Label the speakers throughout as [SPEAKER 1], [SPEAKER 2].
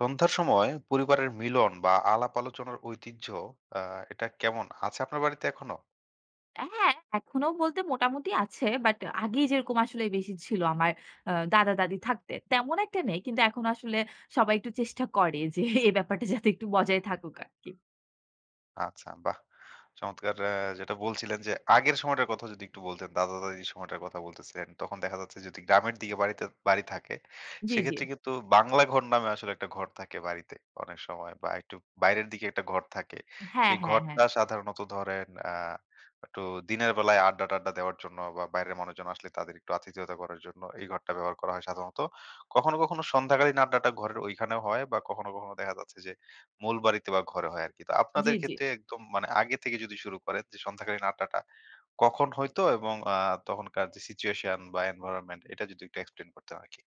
[SPEAKER 1] সন্ধ্যার সময় পরিবারের মিলন বা আলাপ আলোচনার ঐতিহ্য। এটা কেমন আছে আপনার বাড়িতে এখনো?
[SPEAKER 2] হ্যাঁ, এখনো বলতে মোটামুটি আছে। বাট আগে যেরকম আসলে বেশি ছিল আমার দাদা-দাদি থাকতে, তেমন একটা নেই। কিন্তু এখন আসলে সবাই একটু চেষ্টা করে যে এই ব্যাপারটা যাতে একটু বজায় থাকুক আরকি।
[SPEAKER 1] আচ্ছা, বাহ! চমৎকার। যেটা বলছিলেন যে, আগের সময়টার কথা যদি একটু বলতেন, দাদা-দাদির সময়টার কথা বলতেছিলেন। তখন দেখা যাচ্ছে যদি গ্রামের দিকে বাড়িতে বাড়ি থাকে,
[SPEAKER 2] জি, জি।
[SPEAKER 1] সেক্ষেত্রে কিন্তু বাংলা ঘর নামে আসলে একটা ঘর থাকে বাড়িতে, অনেক সময় বা একটু বাইরের দিকে একটা ঘর থাকে।
[SPEAKER 2] হ্যাঁ,
[SPEAKER 1] সেই
[SPEAKER 2] হ্যাঁ, হ্যাঁ।
[SPEAKER 1] ঘরটা সাধারণত ধরেন একটু দিনের বেলায় আড্ডা-টাড্ডা দেওয়ার জন্য বা বাইরের মানুষজন আসলে তাদের একটু আতিথেয়তা করার জন্য এই ঘরটা ব্যবহার করা হয় সাধারণত। কখনো, কখনো সন্ধ্যাকালীন আড্ডাটা ঘরের ওইখানেও হয় বা কখনো, কখনো দেখা যাচ্ছে যে মূল বাড়িতে বা ঘরে হয় আরকি। তো
[SPEAKER 2] জি,
[SPEAKER 1] আপনাদের
[SPEAKER 2] জি।
[SPEAKER 1] ক্ষেত্রে একদম মানে আগে থেকে যদি শুরু করেন যে সন্ধ্যাকালীন আড্ডাটা কখন হইতো, এবং তখনকার যে সিচুয়েশন বা এনভায়রনমেন্ট, এটা যদি একটু এক্সপ্লেইন করতেন আরকি।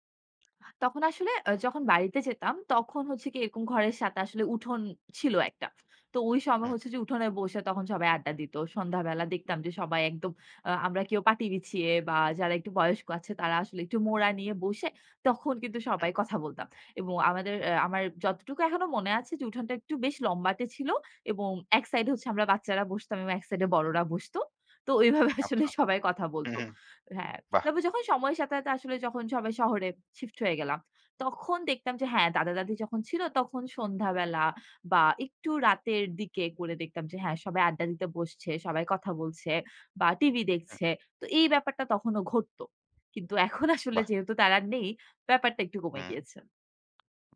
[SPEAKER 2] তখন আসলে যখন বাড়িতে যেতাম, তখন হচ্ছে কি এরকম ঘরের সাথে আসলে উঠোন ছিল একটা। তো ওই সময়
[SPEAKER 1] হুম,
[SPEAKER 2] হচ্ছে যে উঠোনে বসে তখন সবাই আড্ডা দিত। সন্ধ্যাবেলা দেখতাম যে সবাই একদম আমরা কেউ পাটি বিছিয়ে বা যারা একটু বয়স্ক আছে তারা আসলে একটু মোড়া নিয়ে বসে তখন কিন্তু
[SPEAKER 1] হুম।
[SPEAKER 2] সবাই কথা বলতাম। এবং আমাদের আ আমার যতটুকু এখনো মনে আছে যে উঠোনটা একটু বেশ লম্বাটে ছিল এবং এক সাইডে হচ্ছে আমরা বাচ্চারা বসতাম এবং এক সাইডে বড়রা বসত। তো ওইভাবে আসলে
[SPEAKER 1] আচ্ছা।
[SPEAKER 2] সবাই কথা
[SPEAKER 1] হুম,
[SPEAKER 2] বলত।
[SPEAKER 1] হুম।
[SPEAKER 2] হ্যাঁ।
[SPEAKER 1] বাহ!
[SPEAKER 2] তারপর যখন সময়ের সাথে, সাথে আসলে যখন সবাই শহরে শিফট হয়ে গেলাম, তখন দেখতাম যে হ্যাঁ, দাদা-দাদি যখন ছিল তখন সন্ধ্যাবেলা বা একটু রাতের দিকে করে দেখতাম যে হ্যাঁ, সবাই আড্ডা দিতে বসছে, সবাই কথা বলছে বা টিভি
[SPEAKER 1] হুম,
[SPEAKER 2] দেখছে। তো এই ব্যাপারটা তখনো ঘটতো। কিন্তু এখন আসলে
[SPEAKER 1] বাহ!
[SPEAKER 2] যেহেতু তারা নেই, ব্যাপারটা একটু কমে
[SPEAKER 1] হুম।
[SPEAKER 2] গিয়েছে।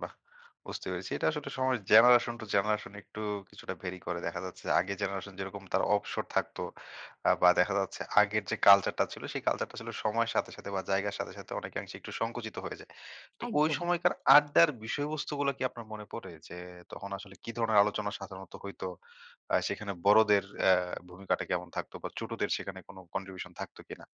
[SPEAKER 1] বাহ! বুঝতে পেরেছি। এটা আসলে সময় জেনারেশন টু জেনারেশন একটু কিছুটা ভেরি করে। দেখা যাচ্ছে আগে জেনারেশন যেরকম তার অবসর থাকতো, বা দেখা যাচ্ছে আগের যে কালচারটা ছিল সেই কালচারটা ছিল সময়ের সাথে, সাথে বা জায়গার সাথে, সাথে অনেকাংশে একটু সংকুচিত হয়ে যায়। তো ওই
[SPEAKER 2] একদম।
[SPEAKER 1] সময়কার আড্ডার বিষয়বস্তুগুলো কি আপনার মনে পড়ে? যে তখন আসলে কি ধরনের আলোচনা সাধারণত হইতো? সেখানে বড়দের ভূমিকাটা কেমন থাকতো বা ছোটদের সেখানে কোনো কন্ট্রিবিউশন থাকতো কিনা?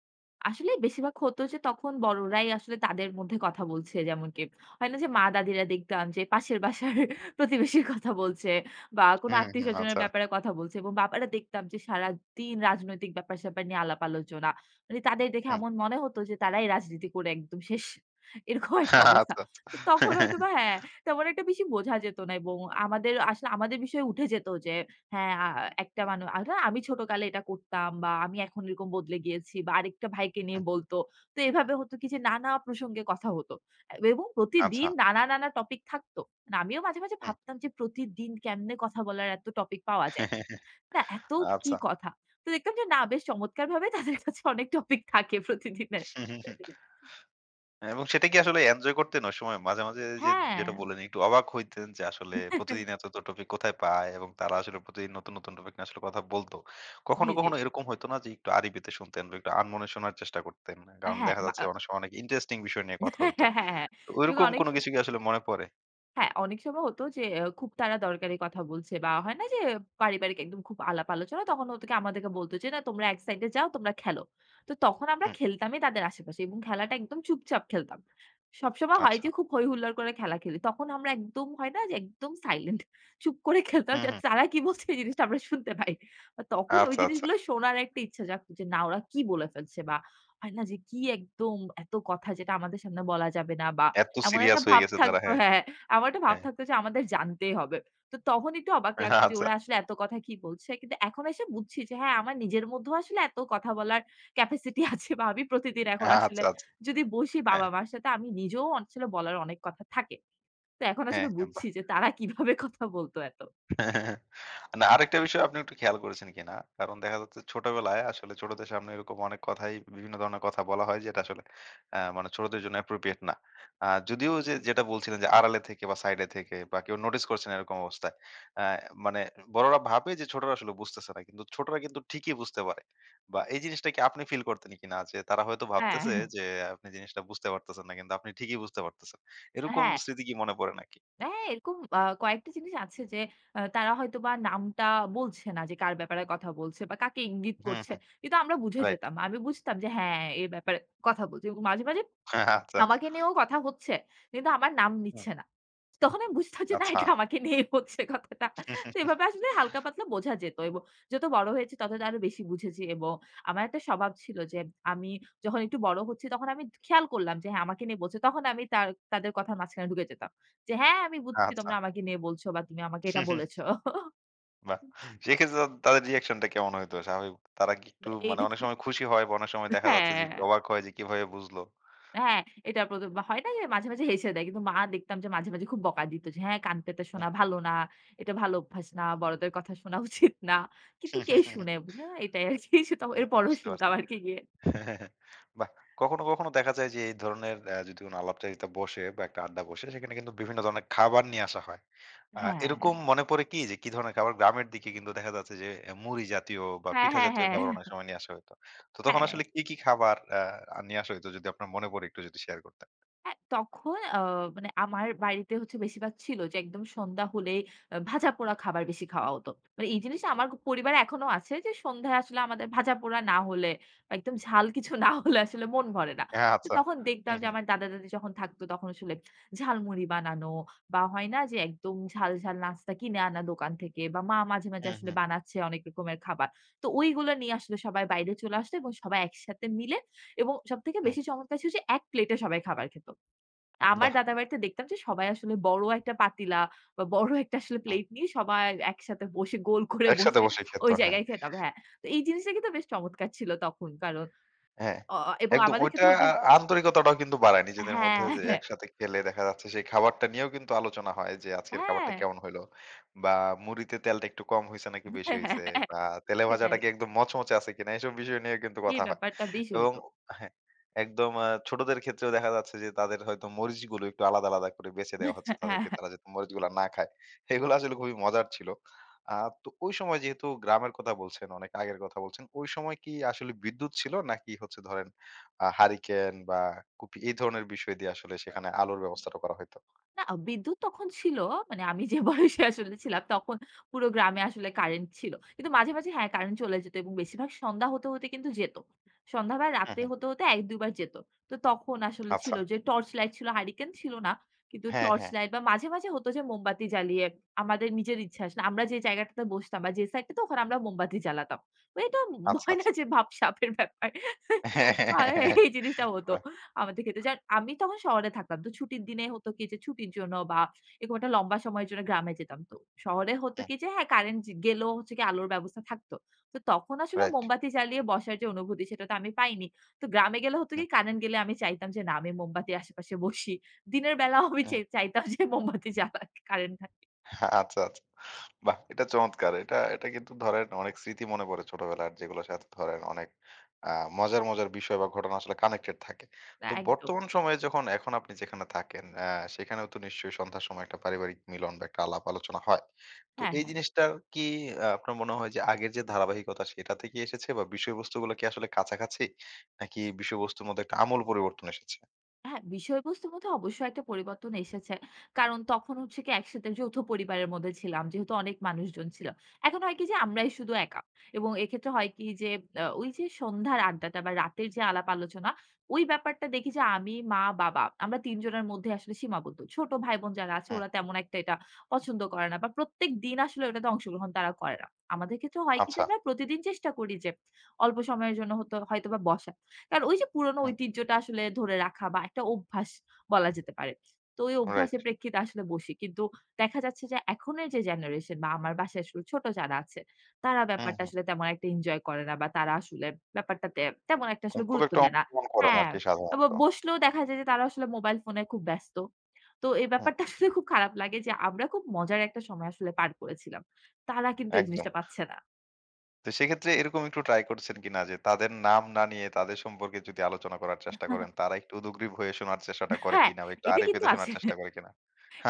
[SPEAKER 2] আসলে বেশিরভাগ হতো যে তখন বড়রাই আসলে তাদের মধ্যে কথা বলছে। যেমন কি হয় না যে মা-দাদিরা দেখতাম যে পাশের বাসার প্রতিবেশীর কথা বলছে বা কোনো
[SPEAKER 1] হুম, হুম।
[SPEAKER 2] আত্মীয়স্বজনের
[SPEAKER 1] আচ্ছা।
[SPEAKER 2] ব্যাপারে কথা বলছে এবং বাবারা দেখতাম যে সারাদিন রাজনৈতিক ব্যাপার-স্যাপার নিয়ে আলাপ আলোচনা। মানে তাদের দেখে
[SPEAKER 1] হুম।
[SPEAKER 2] এমন মনে হতো যে তারাই রাজনীতি করে একদম শেষ। এরকম একটা অবস্থা।
[SPEAKER 1] আচ্ছা, আচ্ছা।
[SPEAKER 2] তো তখন হয়তোবা হ্যাঁ, তেমন একটা বেশি বোঝা যেত না এবং আমাদের বিষয়ে উঠে যেত যে হ্যাঁ, একটা মানু আধা আমি ছোটকালে এটা করতাম বা আমি এখন এরকম বদলে গিয়েছি বা আরেকটা ভাইকে নিয়ে
[SPEAKER 1] হুম।
[SPEAKER 2] বলতো। তো এভাবে হতো কি যে নানা প্রসঙ্গে কথা হতো। এবং
[SPEAKER 1] আচ্ছা।
[SPEAKER 2] প্রতিদিন নানা, নানা টপিক থাকতো। মানে আমিও মাঝে, মাঝে
[SPEAKER 1] হুম।
[SPEAKER 2] ভাবতাম যে প্রতিদিন কেমনে কথা বলার এত টপিক পাওয়া যায়। না এত কি
[SPEAKER 1] আচ্ছা।
[SPEAKER 2] কথা। তো দেখতাম যে না বেশ চমৎকারভাবে তাদের কাছে অনেক টপিক থাকে প্রতিদিনের।
[SPEAKER 1] হুম, হুম, হুম। এবং সেটা কি আসলে এনজয় করতেন ওই সময়? মাঝে, মাঝে যে
[SPEAKER 2] হ্যাঁ,
[SPEAKER 1] যেটা বললেন একটু অবাক হইতেন যে আসলে প্রতিদিন এত, এত টপিক কোথায় পায়, এবং তারা আসলে প্রতিদিন নতুন, নতুন টপিক নিয়ে আসলে কথা বলতো। কখনো,
[SPEAKER 2] জি, জি।
[SPEAKER 1] কখনো এরকম হইতো না যে একটু আড়ি পেতে শুনতেন বা একটু আনমনে শোনার চেষ্টা করতেন? কারণ
[SPEAKER 2] হ্যাঁ,
[SPEAKER 1] দেখা যাচ্ছে অনেক সময় অনেক ইন্টারেস্টিং বিষয় নিয়ে কথা
[SPEAKER 2] হ্যাঁ,
[SPEAKER 1] হইতো।
[SPEAKER 2] হ্যাঁ, হ্যাঁ।
[SPEAKER 1] তো
[SPEAKER 2] এরকম
[SPEAKER 1] ওইরকম
[SPEAKER 2] অনেক
[SPEAKER 1] কোনো কিছু কি আসলে মনে পড়ে?
[SPEAKER 2] হ্যাঁ, অনেক সময় হতো যে খুব তারা দরকারি কথা বলছে বা হয় না যে পারিবারিক একদম খুব আলাপ আলোচনা তখন ওদেরকে আমাদেরকে বলত যে, "না তোমরা এক সাইডে যাও, তোমরা খেলো।" তো তখন আমরা
[SPEAKER 1] হুম,
[SPEAKER 2] খেলতামই তাদের আশেপাশে এবং খেলাটা একদম চুপচাপ খেলতাম। সবসময় হয়
[SPEAKER 1] আচ্ছা।
[SPEAKER 2] যে খুব হৈ হুল্লোড় করে খেলা খেলি। তখন আমরা একদম হয় না যে একদম সাইলেন্ট চুপ করে খেলতাম
[SPEAKER 1] হুম,
[SPEAKER 2] যাতে
[SPEAKER 1] হুম।
[SPEAKER 2] তারা কি বলছে এই জিনিসটা আমরা শুনতে পাই। তখন ওই
[SPEAKER 1] আচ্ছা, আচ্ছা।
[SPEAKER 2] জিনিসগুলো শোনার একটা ইচ্ছা জাগতো যে না ওরা কি বলে ফেলছে বা হয় না যে কি একদম এত কথা যেটা আমাদের সামনে বলা যাবে না বা
[SPEAKER 1] এত
[SPEAKER 2] এমন
[SPEAKER 1] সিরিয়াস
[SPEAKER 2] একটা
[SPEAKER 1] হয়ে
[SPEAKER 2] ভাব
[SPEAKER 1] গেছে তারা।
[SPEAKER 2] থাকতো
[SPEAKER 1] হ্যাঁ,
[SPEAKER 2] হ্যাঁ, আমার একটা ভাব
[SPEAKER 1] হ্যাঁ।
[SPEAKER 2] থাকতো যে আমাদের জানতেই হবে। তো তখন একটু অবাক লাগতো যে
[SPEAKER 1] আচ্ছা,
[SPEAKER 2] ওরা আসলে এত কথা কি বলছে। কিন্তু এখন এসে বুঝছি যে হ্যাঁ, আমার নিজের মধ্যেও আসলে এত কথা বলার ক্যাপাসিটি আছে বা আমি প্রতিদিন এখন আসলে
[SPEAKER 1] আচ্ছা, আচ্ছা।
[SPEAKER 2] যদি বসি
[SPEAKER 1] হ্যাঁ,
[SPEAKER 2] বাবা-মার সাথে আমি নিজেও আসলে বলার অনেক কথা থাকে। তো এখন
[SPEAKER 1] হ্যাঁ,
[SPEAKER 2] আসলে
[SPEAKER 1] হ্যাঁ।
[SPEAKER 2] বুঝছি যে তারা কিভাবে কথা বলতো এত।
[SPEAKER 1] হ্যাঁ, হ্যাঁ, হ্যাঁ। না, আরেকটা বিষয় আপনি একটু খেয়াল করেছেন কিনা? কারণ দেখা যাচ্ছে ছোটবেলায় আসলে ছোটদের সামনে এরকম অনেক কথাই, বিভিন্ন ধরনের কথা বলা হয় যেটা আসলে মানে ছোটদের জন্য appropriate না। যদিও ওই যে যেটা বলছিলেন যে আড়ালে থেকে বা সাইডে থেকে বা কেউ নোটিস করছে না এরকম অবস্থায়, আ মানে বড়রা ভাবে যে ছোটরা আসলে বুঝতেছে না। কিন্তু ছোটরা কিন্তু ঠিকই বুঝতে পারে। বা এই জিনিসটা কি আপনি ফিল করতেন কিনা? যে তারা হয়তো
[SPEAKER 2] হ্যাঁ,
[SPEAKER 1] ভাবতেছে যে আপনি জিনিসটা বুঝতে পারতেছেন না, কিন্তু আপনি ঠিকই বুঝতে পারতেছেন। এরকম
[SPEAKER 2] হ্যাঁ,
[SPEAKER 1] স্মৃতি কি মনে পড়ে নাকি?
[SPEAKER 2] হ্যাঁ, এরকম কয়েকটা জিনিস আছে যে তারা হয়তোবা নামটা বলছে না যে কার ব্যাপারে কথা বলছে বা কাকে ইঙ্গিত
[SPEAKER 1] হুম,
[SPEAKER 2] করছে।
[SPEAKER 1] হুম।
[SPEAKER 2] কিন্তু আমরা বুঝে
[SPEAKER 1] রাইট।
[SPEAKER 2] যেতাম। আমি বুঝতাম যে হ্যাঁ, এ ব্যাপারে কথা বলছে এবং মাঝে, মাঝে
[SPEAKER 1] আচ্ছা।
[SPEAKER 2] আমাকে নিয়েও কথা হচ্ছে। কিন্তু আমার নাম
[SPEAKER 1] হুম।
[SPEAKER 2] নিচ্ছে না। তখন আমি বুঝতাম যে না
[SPEAKER 1] আচ্ছা।
[SPEAKER 2] এটা আমাকে নিয়েই হচ্ছে কথাটা। তো এভাবে আসলে হালকা পাতলা বোঝা যেত এবং যত বড় হয়েছি তত আরো বেশি বুঝেছি এবং আমার একটা স্বভাব ছিল যে আমি যখন একটু বড় হচ্ছি তখন আমি খেয়াল করলাম যে হ্যাঁ আমাকে নিয়ে বলছে। তখন আমি তাদের কথার মাঝখানে ঢুকে যেতাম। যে হ্যাঁ আমি বুঝছি
[SPEAKER 1] আচ্ছা।
[SPEAKER 2] তোমরা আমাকে নিয়ে বলছো বা তুমি আমাকে এটা বলেছ।
[SPEAKER 1] বাহ! সেক্ষেত্রে তাদের রিঅ্যাকশন টা কেমন হইতো? স্বাভাবিক তারা কি একটু
[SPEAKER 2] এই
[SPEAKER 1] মানে অনেক সময় খুশি হয় বা অনেক সময় দেখা যাচ্ছে যে একটু
[SPEAKER 2] হ্যাঁ।
[SPEAKER 1] অবাক হয় যে কিভাবে বুঝলো?
[SPEAKER 2] হ্যাঁ, এটা প্রদ হয় না যে মাঝে, মাঝে হেসে দেয়। কিন্তু মা দেখতাম যে মাঝে, মাঝে খুব বকা দিত যে, "হ্যাঁ, কান পেতে
[SPEAKER 1] হুম।
[SPEAKER 2] শোনা ভালো না। এটা ভালো অভ্যাস না। বড়দের কথা শোনা উচিত না।" কিন্তু কে শুনে? না এটাই আরকি। সে তো
[SPEAKER 1] হুম,
[SPEAKER 2] এরপরেও
[SPEAKER 1] বুঝতে পারছি।
[SPEAKER 2] শুনতাম আরকি গিয়ে।
[SPEAKER 1] বাহ! কখনো, কখনো দেখা যায় যে এই ধরনের যদি কোনো আলাপচারিতা বসে বা একটা আড্ডা বসে, সেখানে কিন্তু বিভিন্ন ধরনের খাবার নিয়ে আসা হয়।
[SPEAKER 2] হ্যাঁ।
[SPEAKER 1] এরকম মনে পড়ে কি যে কি ধরনের খাবার? গ্রামের দিকে কিন্তু দেখা যাচ্ছে যে মুড়ি জাতীয় বা
[SPEAKER 2] হ্যাঁ,
[SPEAKER 1] পিঠা
[SPEAKER 2] হ্যাঁ,
[SPEAKER 1] জাতীয়
[SPEAKER 2] হ্যাঁ।
[SPEAKER 1] খাবার অনেক সময় নিয়ে আসা হইতো। তো তখন
[SPEAKER 2] হ্যাঁ।
[SPEAKER 1] আসলে কি, কি খাবার নিয়ে আসা হইতো যদি আপনার মনে পড়ে, একটু যদি শেয়ার করতেন?
[SPEAKER 2] হ্যাঁ, তখন মানে আমার বাড়িতে হচ্ছে বেশিরভাগ ছিল যে একদম সন্ধ্যা হলেই ভাজাপোড়া খাবার বেশি খাওয়া হতো। মানে এই জিনিসটা আমার পরিবারে এখনো আছে যে সন্ধ্যায় আসলে আমাদের ভাজাপোড়া না হলে বা একদম ঝাল কিছু না হলে আসলে মন ভরে না।
[SPEAKER 1] হ্যাঁ,
[SPEAKER 2] তো
[SPEAKER 1] আচ্ছা।
[SPEAKER 2] তখন দেখতাম
[SPEAKER 1] হুম,
[SPEAKER 2] যে
[SPEAKER 1] হুম,
[SPEAKER 2] আমার দাদা-দাদি যখন থাকতো তখন আসলে ঝালমুড়ি বানানো বা হয় না যে একদম ঝাল, ঝাল নাস্তা কিনে আনা দোকান থেকে বা মা মাঝে, মাঝে
[SPEAKER 1] হুম, হুম,
[SPEAKER 2] আসলে বানাচ্ছে অনেক রকমের খাবার। তো ওইগুলো নিয়ে আসলে সবাই বাইরে চলে আসতো এবং সবাই একসাথে মিলে এবং সবথেকে
[SPEAKER 1] হুম।
[SPEAKER 2] বেশি চমৎকার ছিল যে এক প্লেটে সবাই খাবার খেত। আমার
[SPEAKER 1] বাহ!
[SPEAKER 2] দাদাবাড়িতে দেখতাম যে সবাই আসলে বড় একটা পাতিলা বা বড় একটা আসলে
[SPEAKER 1] হুম।
[SPEAKER 2] প্লেট নিয়ে সবাই একসাথে বসে গোল করে
[SPEAKER 1] একসাথে
[SPEAKER 2] বসে
[SPEAKER 1] বসে খেত।
[SPEAKER 2] ওই
[SPEAKER 1] হ্যাঁ,
[SPEAKER 2] জায়গায় খেতাম। হ্যাঁ। তো এই জিনিসটা কিন্তু বেশ চমৎকার ছিল তখন। কারণ
[SPEAKER 1] হ্যাঁ।
[SPEAKER 2] অ অ এবং
[SPEAKER 1] একদম
[SPEAKER 2] আমাদের
[SPEAKER 1] ওইটা
[SPEAKER 2] ক্ষেত্রে হতো যে
[SPEAKER 1] আন্তরিকতাটাও কিন্তু বাড়ায় নিজেদের মধ্যে,
[SPEAKER 2] হ্যাঁ,
[SPEAKER 1] যে
[SPEAKER 2] হ্যাঁ,
[SPEAKER 1] একসাথে খেলে দেখা যাচ্ছে সেই খাবারটা নিয়েও কিন্তু আলোচনা হয় যে আজকের
[SPEAKER 2] হ্যাঁ,
[SPEAKER 1] খাবারটা কেমন হইলো? বা মুড়িতে তেলটা একটু কম হইছে নাকি বেশি
[SPEAKER 2] হ্যাঁ, হ্যাঁ,
[SPEAKER 1] হইছে?
[SPEAKER 2] হ্যাঁ,
[SPEAKER 1] বা তেলে ভাজাটা
[SPEAKER 2] সেটাই।
[SPEAKER 1] কি একদম মচমচে আছে কিনা? এসব বিষয় নিয়ে কিন্তু
[SPEAKER 2] এই
[SPEAKER 1] কথা হয়।
[SPEAKER 2] ব্যাপারটা বেশি
[SPEAKER 1] এবং
[SPEAKER 2] হতো।
[SPEAKER 1] হ্যাঁ, একদম ছোটদের ক্ষেত্রেও দেখা যাচ্ছে যে তাদের হয়তো মরিচগুলো একটু আলাদা, আলাদা করে বেছে
[SPEAKER 2] হ্যাঁ,
[SPEAKER 1] দেওয়া হচ্ছে
[SPEAKER 2] হ্যাঁ।
[SPEAKER 1] তাদেরকে, তারা যাতে মরিচগুলা না খায়। এগুলো আসলে খুবই মজার ছিল। আ তো ওই সময় যেহেতু গ্রামের কথা বলছেন, অনেক আগের কথা বলছেন। ওই সময় কি আসলে বিদ্যুৎ ছিল? নাকি হচ্ছে ধরেন হারিকেন বা কুপি এই ধরনের বিষয় দিয়ে আসলে সেখানে আলোর ব্যবস্থাটা করা হইতো?
[SPEAKER 2] না, বিদ্যুৎ তখন ছিল। মানে আমি যে বয়সে আসলে ছিলাম তখন পুরো গ্রামে আসলে কারেন্ট ছিল। কিন্তু মাঝে, মাঝে হ্যাঁ, কারেন্ট চলে যেত এবং বেশিরভাগ সন্ধ্যা হতে, হতে কিন্তু যেত। সন্ধ্যা বা
[SPEAKER 1] হুম,
[SPEAKER 2] রাতে
[SPEAKER 1] হুম।
[SPEAKER 2] হতে, হতে ১-২ বার যেত। তো তখন আসলে
[SPEAKER 1] আচ্ছা।
[SPEAKER 2] ছিল যে টর্চ লাইট ছিল, হারিকেন ছিল না। কিন্তু
[SPEAKER 1] হ্যাঁ,
[SPEAKER 2] টর্চ
[SPEAKER 1] হ্যাঁ।
[SPEAKER 2] লাইট বা মাঝে, মাঝে হতো যে মোমবাতি জ্বালিয়ে আমাদের নিজের ইচ্ছা আসলে আমরা যে জায়গাটাতে বসতাম বা যে সাইডটাতে ওখানে আমরা মোমবাতি জ্বালাতাম। তো এটা
[SPEAKER 1] আচ্ছা,
[SPEAKER 2] হয় না
[SPEAKER 1] আচ্ছা।
[SPEAKER 2] যে ভাবসাবের ব্যাপার।
[SPEAKER 1] হ্যাঁ, হ্যাঁ, হ্যাঁ,
[SPEAKER 2] আর
[SPEAKER 1] হ্যাঁ, হ্যাঁ।
[SPEAKER 2] এই জিনিসটা হতো।
[SPEAKER 1] রাইট।
[SPEAKER 2] আমাদের ক্ষেত্রে আমি তখন শহরে থাকতাম। তো ছুটির দিনে হতো কি যে ছুটির জন্য বা এরকম একটা লম্বা সময়ের জন্য গ্রামে যেতাম। তো শহরে হতো
[SPEAKER 1] হুম,
[SPEAKER 2] কি যে হ্যাঁ, কারেন্ট যে গেলেও হচ্ছে কি আলোর ব্যবস্থা থাকতো। তো তখন আসলে
[SPEAKER 1] রাইট।
[SPEAKER 2] মোমবাতি জ্বালিয়ে বসার যে অনুভূতি সেটা তো আমি পাইনি। তো গ্রামে গেলে হতো কি কারেন্ট গেলে আমি চাইতাম যে না আমি মোমবাতির আশেপাশে বসি। দিনের বেলাও আমি
[SPEAKER 1] হুম।
[SPEAKER 2] চাইতাম যে মোমবাতি জ্বালাক কারেন্ট থাক
[SPEAKER 1] হ্যাঁ, আচ্ছা, আচ্ছা। বাহ! এটা চমৎকার। এটা এটা কিন্তু ধরেন অনেক স্মৃতি মনে পড়ে ছোটবেলার, যেগুলোর সাথে ধরেন অনেক আ মজার, মজার বিষয় বা ঘটনা আসলে কানেক্টেড থাকে। তো
[SPEAKER 2] একদম।
[SPEAKER 1] বর্তমান সময়ে যখন এখন আপনি যেখানে থাকেন, সেখানেও তো নিশ্চয়ই সন্ধ্যার সময় একটা পারিবারিক মিলন বা একটা আলাপ আলোচনা হয়। তো
[SPEAKER 2] হ্যাঁ,
[SPEAKER 1] এই
[SPEAKER 2] হ্যাঁ।
[SPEAKER 1] জিনিসটার কি আপনার মনে হয় যে আগের যে ধারাবাহিকতা সেটা থেকে এসেছে বা বিষয়বস্তুগুলো কি আসলে কাছাকাছি? নাকি বিষয়বস্তুর মধ্যে একটা আমূল পরিবর্তন এসেছে?
[SPEAKER 2] হ্যাঁ, বিষয়বস্তুর মধ্যে অবশ্যই একটা পরিবর্তন এসেছে। কারণ তখন হচ্ছে কি একসাথে যৌথ পরিবারের মধ্যে ছিলাম। যেহেতু অনেক মানুষজন ছিল। এখন হয় কি যে আমরাই শুধু একা এবং এক্ষেত্রে হয় কি যে ওই যে সন্ধ্যার আড্ডাটা বা রাতের যে আলাপ আলোচনা, ওই ব্যাপারটা দেখি যে আমি, মা, বাবা আমরা ৩ জনের মধ্যে আসলে সীমাবদ্ধ। ছোট ভাই-বোন যারা আছে
[SPEAKER 1] হুম,
[SPEAKER 2] ওরা তেমন একটা এটা পছন্দ করে না বা প্রত্যেকদিন আসলে ওটাতে অংশগ্রহণ তারা করে না। আমাদের ক্ষেত্রে হয় কি যে
[SPEAKER 1] আচ্ছা।
[SPEAKER 2] আমরা প্রতিদিন চেষ্টা করি যে অল্প সময়ের জন্য হতো হয়তোবা বসার। কারণ ওই যে পুরনো
[SPEAKER 1] হুম,
[SPEAKER 2] ঐতিহ্যটা আসলে ধরে রাখা বা একটা অভ্যাস বলা যেতে পারে। তো ওই
[SPEAKER 1] রাইট।
[SPEAKER 2] অভ্যাসের প্রেক্ষিতে আসলে বসি। কিন্তু দেখা যাচ্ছে যে এখনের যে জেনারেশন বা আমার বাসায় আসলে ছোট যারা আছে, তারা
[SPEAKER 1] হুম,
[SPEAKER 2] ব্যাপারটা
[SPEAKER 1] হুম।
[SPEAKER 2] আসলে তেমন একটা এনজয় করে না বা তারা আসলে ব্যাপারটাতে তেমন একটা আসলে
[SPEAKER 1] খুব
[SPEAKER 2] গুরুত্ব
[SPEAKER 1] একটা
[SPEAKER 2] দেয় না
[SPEAKER 1] অংশগ্রহণ করে না
[SPEAKER 2] হ্যাঁ,
[SPEAKER 1] আরকি
[SPEAKER 2] তবে
[SPEAKER 1] সাধারণত।
[SPEAKER 2] বসলেও দেখা যায় যে তারা আসলে মোবাইল ফোনে খুব ব্যস্ত। তো এই
[SPEAKER 1] হুম,
[SPEAKER 2] ব্যাপারটা আসলে খুব খারাপ লাগে যে আমরা খুব মজার একটা সময় আসলে পার করেছিলাম। তারা কিন্তু এই
[SPEAKER 1] একদম।
[SPEAKER 2] জিনিসটা পাচ্ছে না।
[SPEAKER 1] তো সেক্ষেত্রে এরকম একটু ট্রাই করছেন কিনা যে তাদের নাম না নিয়ে তাদের সম্পর্কে যদি আলোচনা করার চেষ্টা করেন, তারা একটু উদগ্রীব হয়ে শোনার চেষ্টাটা করে
[SPEAKER 2] হ্যাঁ,
[SPEAKER 1] কিনা, বা একটু
[SPEAKER 2] এটা
[SPEAKER 1] আড়ি
[SPEAKER 2] কিন্তু
[SPEAKER 1] পেতে শোনার
[SPEAKER 2] আছে।
[SPEAKER 1] চেষ্টা করে কিনা?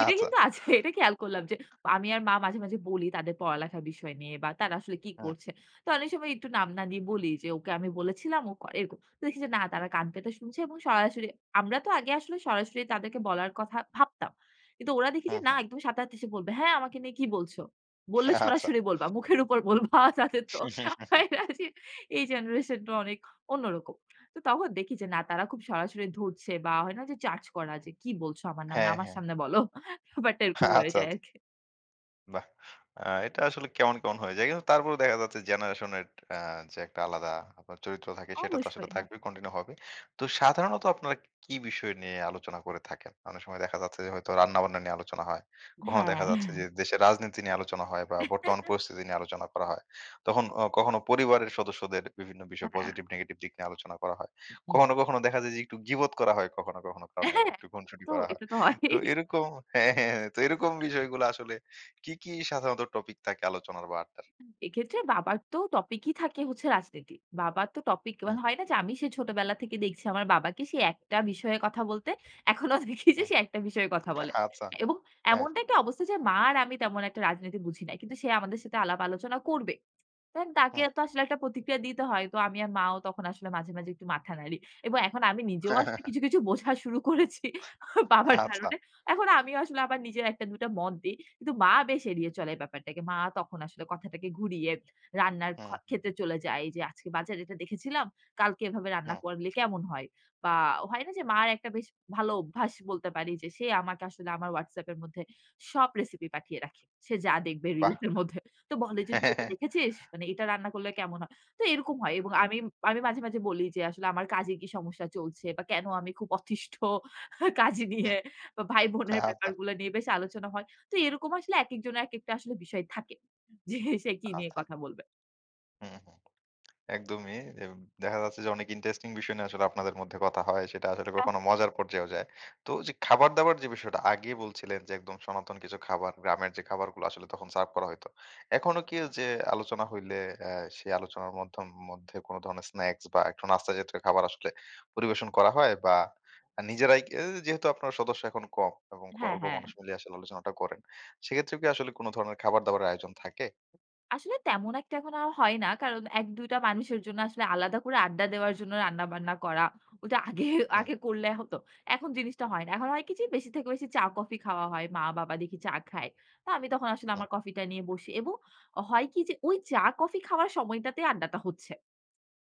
[SPEAKER 2] এটা
[SPEAKER 1] আচ্ছা।
[SPEAKER 2] কিন্তু আছে। এটা খেয়াল করলাম যে আমি আর মা মাঝে, মাঝে বলি তাদের পড়ালেখার বিষয় নিয়ে বা তারা আসলে কি
[SPEAKER 1] হুম,
[SPEAKER 2] করছে। তো অনেক সময় একটু নাম না দিয়ে বলি যে, "ওকে আমি বলেছিলাম ও করে এরকম।" তো দেখি যে না তারা কান পেতে শুনছে এবং সরাসরি আমরা তো আগে আসলে সরাসরি তাদেরকে বলার কথা ভাবতাম। কিন্তু ওরা দেখি
[SPEAKER 1] হুম,
[SPEAKER 2] যে না
[SPEAKER 1] হুম।
[SPEAKER 2] একদম সাথে-সাথে এসে বলবে, "হ্যাঁ, আমাকে নিয়ে কি বলছো?" বললে
[SPEAKER 1] আচ্ছা।
[SPEAKER 2] সরাসরি বলবা। মুখের উপর বলবা তাদের তো হয় না যে এই জেনারেশন তো অনেক অন্যরকম। তো তখন দেখি যে না তারা খুব সরাসরি ধরছে বা হয় না যে জাজ করা যে, "কি বলছো আমার নামে?
[SPEAKER 1] হ্যাঁ,
[SPEAKER 2] আমার
[SPEAKER 1] হ্যাঁ।
[SPEAKER 2] সামনে বলো।" ব্যাপারটা এরকম হয়ে
[SPEAKER 1] আচ্ছা,
[SPEAKER 2] যায়
[SPEAKER 1] আচ্ছা।
[SPEAKER 2] আরকি।
[SPEAKER 1] বাহ! আ এটা আসলে কেমন, কেমন হয়ে যায়। কিন্তু তারপরেও দেখা যাচ্ছে জেনারেশনের আ যে একটা আলাদা আপনার চরিত্র থাকে, সেটা তো আসলে
[SPEAKER 2] অবশ্যই।
[SPEAKER 1] থাকবেই, কন্টিনিউ হবে। তো সাধারণত আপনারা কি বিষয় নিয়ে আলোচনা করে থাকেন? অনেক সময় দেখা যাচ্ছে যে হয়তো রান্নাবান্না নিয়ে আলোচনা হয়। কখনো দেখা
[SPEAKER 2] হ্যাঁ।
[SPEAKER 1] যাচ্ছে যে দেশের রাজনীতি নিয়ে আলোচনা হয় বা বর্তমান পরিস্থিতি নিয়ে আলোচনা করা হয়। তখন কখনো পরিবারের সদস্যদের বিভিন্ন বিষয়
[SPEAKER 2] হ্যাঁ।
[SPEAKER 1] পজিটিভ, নেগেটিভ দিক নিয়ে আলোচনা করা হয়।
[SPEAKER 2] হুম।
[SPEAKER 1] কখনো, কখনো দেখা যায় যে একটু গীবত করা হয়, কখনো, কখনো কারো
[SPEAKER 2] হ্যাঁ,
[SPEAKER 1] নামে একটু
[SPEAKER 2] এটা
[SPEAKER 1] খুনসুটি
[SPEAKER 2] তো
[SPEAKER 1] করা হয়।
[SPEAKER 2] এটা তো হয়।
[SPEAKER 1] তো এরকম হ্যাঁ, হ্যাঁ। হ্যাঁ, তো এরকম বিষয়গুলো আসলে কি, কি সাধারণত টপিক থাকে আলোচনার বা আড্ডার?
[SPEAKER 2] এক্ষেত্রে বাবার তো টপিকই থাকে হচ্ছে রাজনীতি। বাবার তো টপিক
[SPEAKER 1] হুম,
[SPEAKER 2] মানে হয় না যে আমি সেই ছোটবেলা থেকে দেখছি আমার বাবাকে সে একটা বিষয়ে কথা বলতে, এখনো দেখি যে
[SPEAKER 1] হুম।
[SPEAKER 2] সে একটা বিষয়ে কথা বলে।
[SPEAKER 1] আচ্ছা।
[SPEAKER 2] এবং
[SPEAKER 1] হ্যাঁ,
[SPEAKER 2] এমনটা একটা অবস্থা যে মা আর আমি তেমন একটা রাজনীতি বুঝি নাই। কিন্তু সে আমাদের সাথে আলাপ আলোচনা করবে। দেন তাকে
[SPEAKER 1] হুম।
[SPEAKER 2] তো আসলে একটা প্রতিক্রিয়া দিতে হয়। তো আমি আর মাও তখন আসলে মাঝে, মাঝে একটু মাথা নাড়ি। এবং এখন আমি নিজেও আসলে কিছু, কিছু বোঝা শুরু করেছি বাবার
[SPEAKER 1] আচ্ছা।
[SPEAKER 2] কারণে। এখন আমিও আসলে আবার নিজের ১ টা ২ টা মত দেই। কিন্তু মা বেশ এড়িয়ে চলে এই ব্যাপারটাকে। মা তখন আসলে কথাটাকে ঘুরিয়ে রান্নার
[SPEAKER 1] হুম, হুম,
[SPEAKER 2] ক্ষেত্রে চলে যায় যে, "আজকে বাজারে এটা দেখেছিলাম, কালকে এভাবে রান্না
[SPEAKER 1] হুম।
[SPEAKER 2] করলে কেমন হয়?" বা হয় না যে মার একটা বেশ ভালো অভ্যাস বলতে পারি যে, সে আমাকে আসলে আমার WhatsApp এর মধ্যে সব রেসিপি পাঠিয়ে রাখে। সে যা দেখবে
[SPEAKER 1] বাহ!
[SPEAKER 2] রিলস এর মধ্যে। তো বলে যে, "তুই এটা দেখেছিস? মানে এটা রান্না করলে কেমন হয়?" তো এরকম হয় এবং
[SPEAKER 1] হুম,
[SPEAKER 2] আমি আমি মাঝে, মাঝে বলি যে, "আসলে আমার কাজে কি সমস্যা চলছে বা কেন আমি খুব অতিষ্ঠ কাজ নিয়ে
[SPEAKER 1] হুম।
[SPEAKER 2] বা ভাই-বোনের
[SPEAKER 1] আচ্ছা,
[SPEAKER 2] ব্যাপারগুলো নিয়ে বেশ আলোচনা হয়।" তো এরকম আসলে একেকজনের একেকটা আসলে বিষয় থাকে। যে সে কি নিয়ে
[SPEAKER 1] আচ্ছা।
[SPEAKER 2] কথা বলবে।
[SPEAKER 1] হুম, হুম। একদমই। এব দেখা যাচ্ছে যে অনেক ইন্টারেস্টিং বিষয় নিয়ে আসলে আপনাদের মধ্যে কথা হয়। সেটা আসলে
[SPEAKER 2] আহ!
[SPEAKER 1] কখনো মজার পর্যায়েও যায়। তো যে খাবার-দাবার, যে বিষয়টা আগে বলছিলেন যে একদম সনাতন কিছু খাবার, গ্রামের যে খাবারগুলো আসলে তখন সার্ভ করা হইতো। এখনো কি যে আলোচনা হইলে অ্যা সেই আলোচনার মধ্যে কোনো ধরনের স্ন্যাকস বা একটু নাস্তা জাতীয় খাবার আসলে পরিবেশন করা হয়? বা নিজেরাই যেহেতু আপনার সদস্য এখন কম এবং
[SPEAKER 2] হ্যাঁ,
[SPEAKER 1] অল্প
[SPEAKER 2] হ্যাঁ।
[SPEAKER 1] মানুষ মিলিয়ে আসলে আলোচনাটা করেন। সেক্ষেত্রে কি আসলে কোনো ধরনের খাবার-দাবারের আয়োজন থাকে?
[SPEAKER 2] আসলে তেমন একটা এখন আর হয় না। কারণ ১-২ টা মানুষের জন্য আসলে আলাদা করে আড্ডা দেওয়ার জন্য রান্না-বান্না করা, ওটা আগে
[SPEAKER 1] হুম,
[SPEAKER 2] আগে করলে হতো। এখন জিনিসটা হয় না। এখন হয় কি যে বেশি থেকে বেশি চা-কফি খাওয়া হয়। মা-বাবা দেখি চা খায়। তো আমি তখন আসলে
[SPEAKER 1] হুম।
[SPEAKER 2] আমার কফিটা নিয়ে বসি এবং হয় কি যে ওই চা-কফি খাওয়ার সময়টাতেই আড্ডাটা হচ্ছে।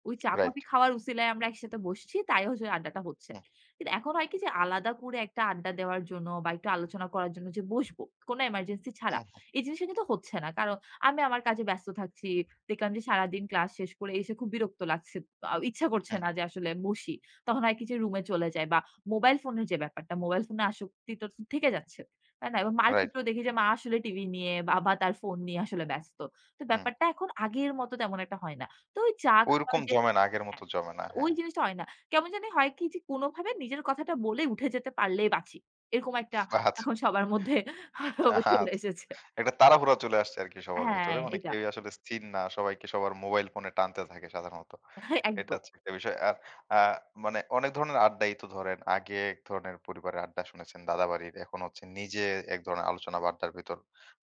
[SPEAKER 2] ওই চা
[SPEAKER 1] রাইট।
[SPEAKER 2] কফি খাওয়ার উছিলায় আমরা একসাথে বসছি। তাই হচ্ছে ওই আড্ডাটা হচ্ছে।
[SPEAKER 1] হুম,
[SPEAKER 2] কিন্তু এখন হয় কি যে আলাদা করে একটা আড্ডা দেওয়ার জন্য বা একটু আলোচনা করার জন্য যে বসবো, কোনো এমার্জেন্সি ছাড়া।
[SPEAKER 1] হুম,
[SPEAKER 2] এই জিনিসটা কিন্তু হচ্ছে না। কারণ আমি আমার কাজে ব্যস্ত থাকছি। দেখলাম যে সারাদিন ক্লাস শেষ করে এসে খুব বিরক্ত লাগছে। ইচ্ছা করছে
[SPEAKER 1] হুম,
[SPEAKER 2] না যে আসলে বসি। তখন হয় কি যে রুমে চলে যাই বা মোবাইল ফোনের যে ব্যাপারটা, মোবাইল ফোনে আসক্তি তো থেকে যাচ্ছে। তাই না? এবং মার
[SPEAKER 1] রাইট।
[SPEAKER 2] ক্ষেত্রেও দেখি যে মা আসলে টিভি নিয়ে, বাবা তার ফোন নিয়ে আসলে ব্যস্ত। তো
[SPEAKER 1] হুম।
[SPEAKER 2] ব্যাপারটা এখন আগের মতো তেমন একটা হয় না। তো ওই চা খাওয়ার
[SPEAKER 1] ঐরকম
[SPEAKER 2] যে
[SPEAKER 1] জমে না, আগের মতো
[SPEAKER 2] হ্যাঁ,
[SPEAKER 1] জমে না।
[SPEAKER 2] হ্যাঁ, ওই
[SPEAKER 1] হ্যাঁ।
[SPEAKER 2] জিনিসটা হয় না। কেমন জানি হয় কি যে কোনভাবে নিজের কথাটা বলে উঠে যেতে পারলেই বাঁচি। এরকম একটা
[SPEAKER 1] আচ্ছা।
[SPEAKER 2] এখন সবার মধ্যে
[SPEAKER 1] আচ্ছা।
[SPEAKER 2] চলে এসেছে।
[SPEAKER 1] একটা তাড়াহুড়া চলে আসছে আরকি সবার
[SPEAKER 2] হ্যাঁ,
[SPEAKER 1] ভিতরে। মানে
[SPEAKER 2] এটা।
[SPEAKER 1] কেউই আসলে স্থির না। সবাইকে সবার মোবাইল ফোনে টানতে থাকে সাধারণত।
[SPEAKER 2] হ্যাঁ,
[SPEAKER 1] এটা
[SPEAKER 2] একদম।
[SPEAKER 1] হচ্ছে একটা বিষয়। আর আ মানে অনেক ধরনের আড্ডাই তো ধরেন, আগে এক ধরনের পরিবারের আড্ডা শুনেছেন দাদাবাড়ির। এখন হচ্ছে নিজে এক ধরনের আলোচনা বা আড্ডার ভেতর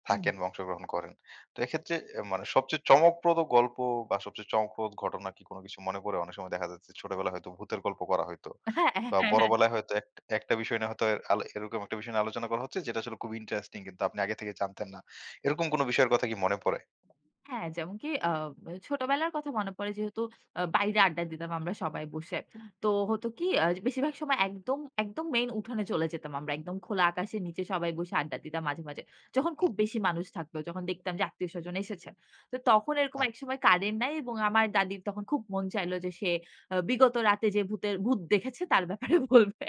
[SPEAKER 2] হুম।
[SPEAKER 1] থাকেন বা অংশগ্রহণ করেন। তো এক্ষেত্রে মানে সবচেয়ে চমকপ্রদ গল্প বা সবচেয়ে চমকপ্রদ ঘটনা কি কোনো কিছু মনে পড়ে? অনেক সময় দেখা যাচ্ছে ছোটবেলায় হয়তো ভূতের গল্প করা হইতো,
[SPEAKER 2] হ্যাঁ,
[SPEAKER 1] বা
[SPEAKER 2] হ্যাঁ।
[SPEAKER 1] বড়বেলায় হয়তো একটা বিষয় নিয়ে হয়তো এর আলো এরকম একটা বিষয় নিয়ে আলোচনা করা হচ্ছে যেটা আসলে খুব ইন্টারেস্টিং কিন্তু আপনি আগে থেকে জানতেন না। এরকম কোন বিষয়ের কথা কি মনে পড়ে?
[SPEAKER 2] হ্যাঁ, যেমন কি ছোটবেলার কথা মনে পড়ে যেহেতু বাইরে আড্ডা দিতাম আমরা সবাই বসে। তো হতো কি বেশিরভাগ সময় একদম, একদম মেইন উঠানে চলে যেতাম আমরা। একদম খোলা আকাশের নিচে সবাই বসে আড্ডা দিতাম মাঝে, মাঝে। যখন খুব
[SPEAKER 1] হুম,
[SPEAKER 2] বেশি মানুষ থাকতো, যখন দেখতাম যে আত্মীয়স্বজন এসেছে। তো তখন এরকম
[SPEAKER 1] হুম।
[SPEAKER 2] একসময় কারেন্ট নাই এবং আমার দাদির তখন খুব মন চাইলো যে সে বিগত রাতে যে ভূত দেখেছে তার ব্যাপারে বলবে।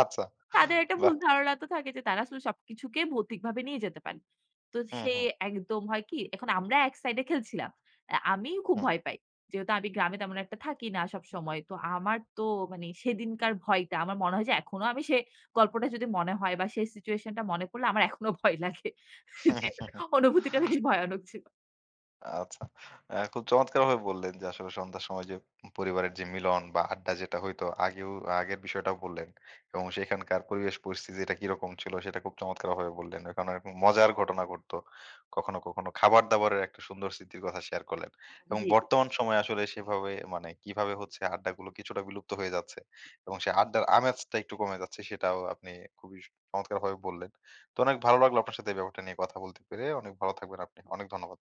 [SPEAKER 1] আচ্ছা।
[SPEAKER 2] তাদের একটা
[SPEAKER 1] বাহ!
[SPEAKER 2] ভুল ধারণা তো থাকে যে তারা আসলে সবকিছুকে ভৌতিকভাবে নিয়ে যেতে পারে। তো
[SPEAKER 1] হুম,
[SPEAKER 2] সে
[SPEAKER 1] হুম,
[SPEAKER 2] একদম হয় কি, এখন আমরা এক সাইডে খেলছিলাম। আমি খুব
[SPEAKER 1] হুম।
[SPEAKER 2] ভয় পাই। যেহেতু আমি গ্রামে তেমন একটা থাকি না সবসময়। তো আমার তো মানে সেদিনকার ভয়টা আমার মনে হয় যে এখনো আমি গল্পটা যদি মনে হয় বা সেই সিচুয়েশনটা মনে পড়লে আমার এখনো ভয় লাগে। যে অনুভূতিটা বেশ ভয়ানক ছিল।
[SPEAKER 1] আচ্ছা। খুব চমৎকারভাবে বললেন যে আসলে সন্ধ্যার সময় যে পরিবারের যে মিলন বা আড্ডা যেটা হইতো, আগেও আগের বিষয়টাও বললেন এবং সেখানকার পরিবেশ পরিস্থিতি এটা কিরকম ছিল সেটা খুব চমৎকারভাবে বললেন। ওখানে এরকম মজার ঘটনা ঘটতো। কখনো, কখনো খাবার-দাবারের একটা সুন্দর স্মৃতির কথা শেয়ার করলেন। এবং
[SPEAKER 2] জি।
[SPEAKER 1] বর্তমান সময়ে আসলে সেভাবে মানে কিভাবে হচ্ছে আড্ডাগুলো কিছুটা বিলুপ্ত হয়ে যাচ্ছে এবং সেই আড্ডার আমেজটা একটু কমে যাচ্ছে, সেটাও আপনি খুবই চমৎকারভাবে বললেন। তো অনেক ভালো লাগলো আপনার সাথে এই ব্যাপারটা নিয়ে কথা বলতে পেরে। অনেক ভালো থাকবেন আপনি। অনেক ধন্যবাদ।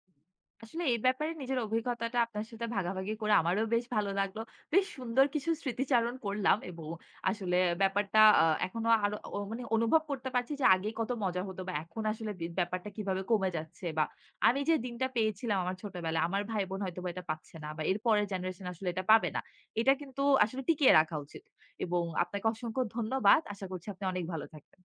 [SPEAKER 2] আসলে এই ব্যাপারে নিজের অভিজ্ঞতাটা আপনার সাথে ভাগাভাগি করে আমারও বেশ ভালো লাগলো। বেশ সুন্দর কিছু স্মৃতিচারণ করলাম এবং আসলে ব্যাপারটা এখনো আরো মানে অনুভব করতে পারছি যে আগে কত মজা হতো বা এখন আসলে ব্যাপারটা কিভাবে কমে যাচ্ছে বা আমি যে দিনটা পেয়েছিলাম আমার ছোটবেলায়, আমার ভাই-বোন হয়তোবা এটা পাচ্ছে না বা এর পরের জেনারেশন আসলে এটা পাবে না। এটা কিন্তু আসলে টিকিয়ে রাখা উচিত। এবং আপনাকে অসংখ্য ধন্যবাদ। আশা করছি আপনি অনেক ভালো থাকবেন।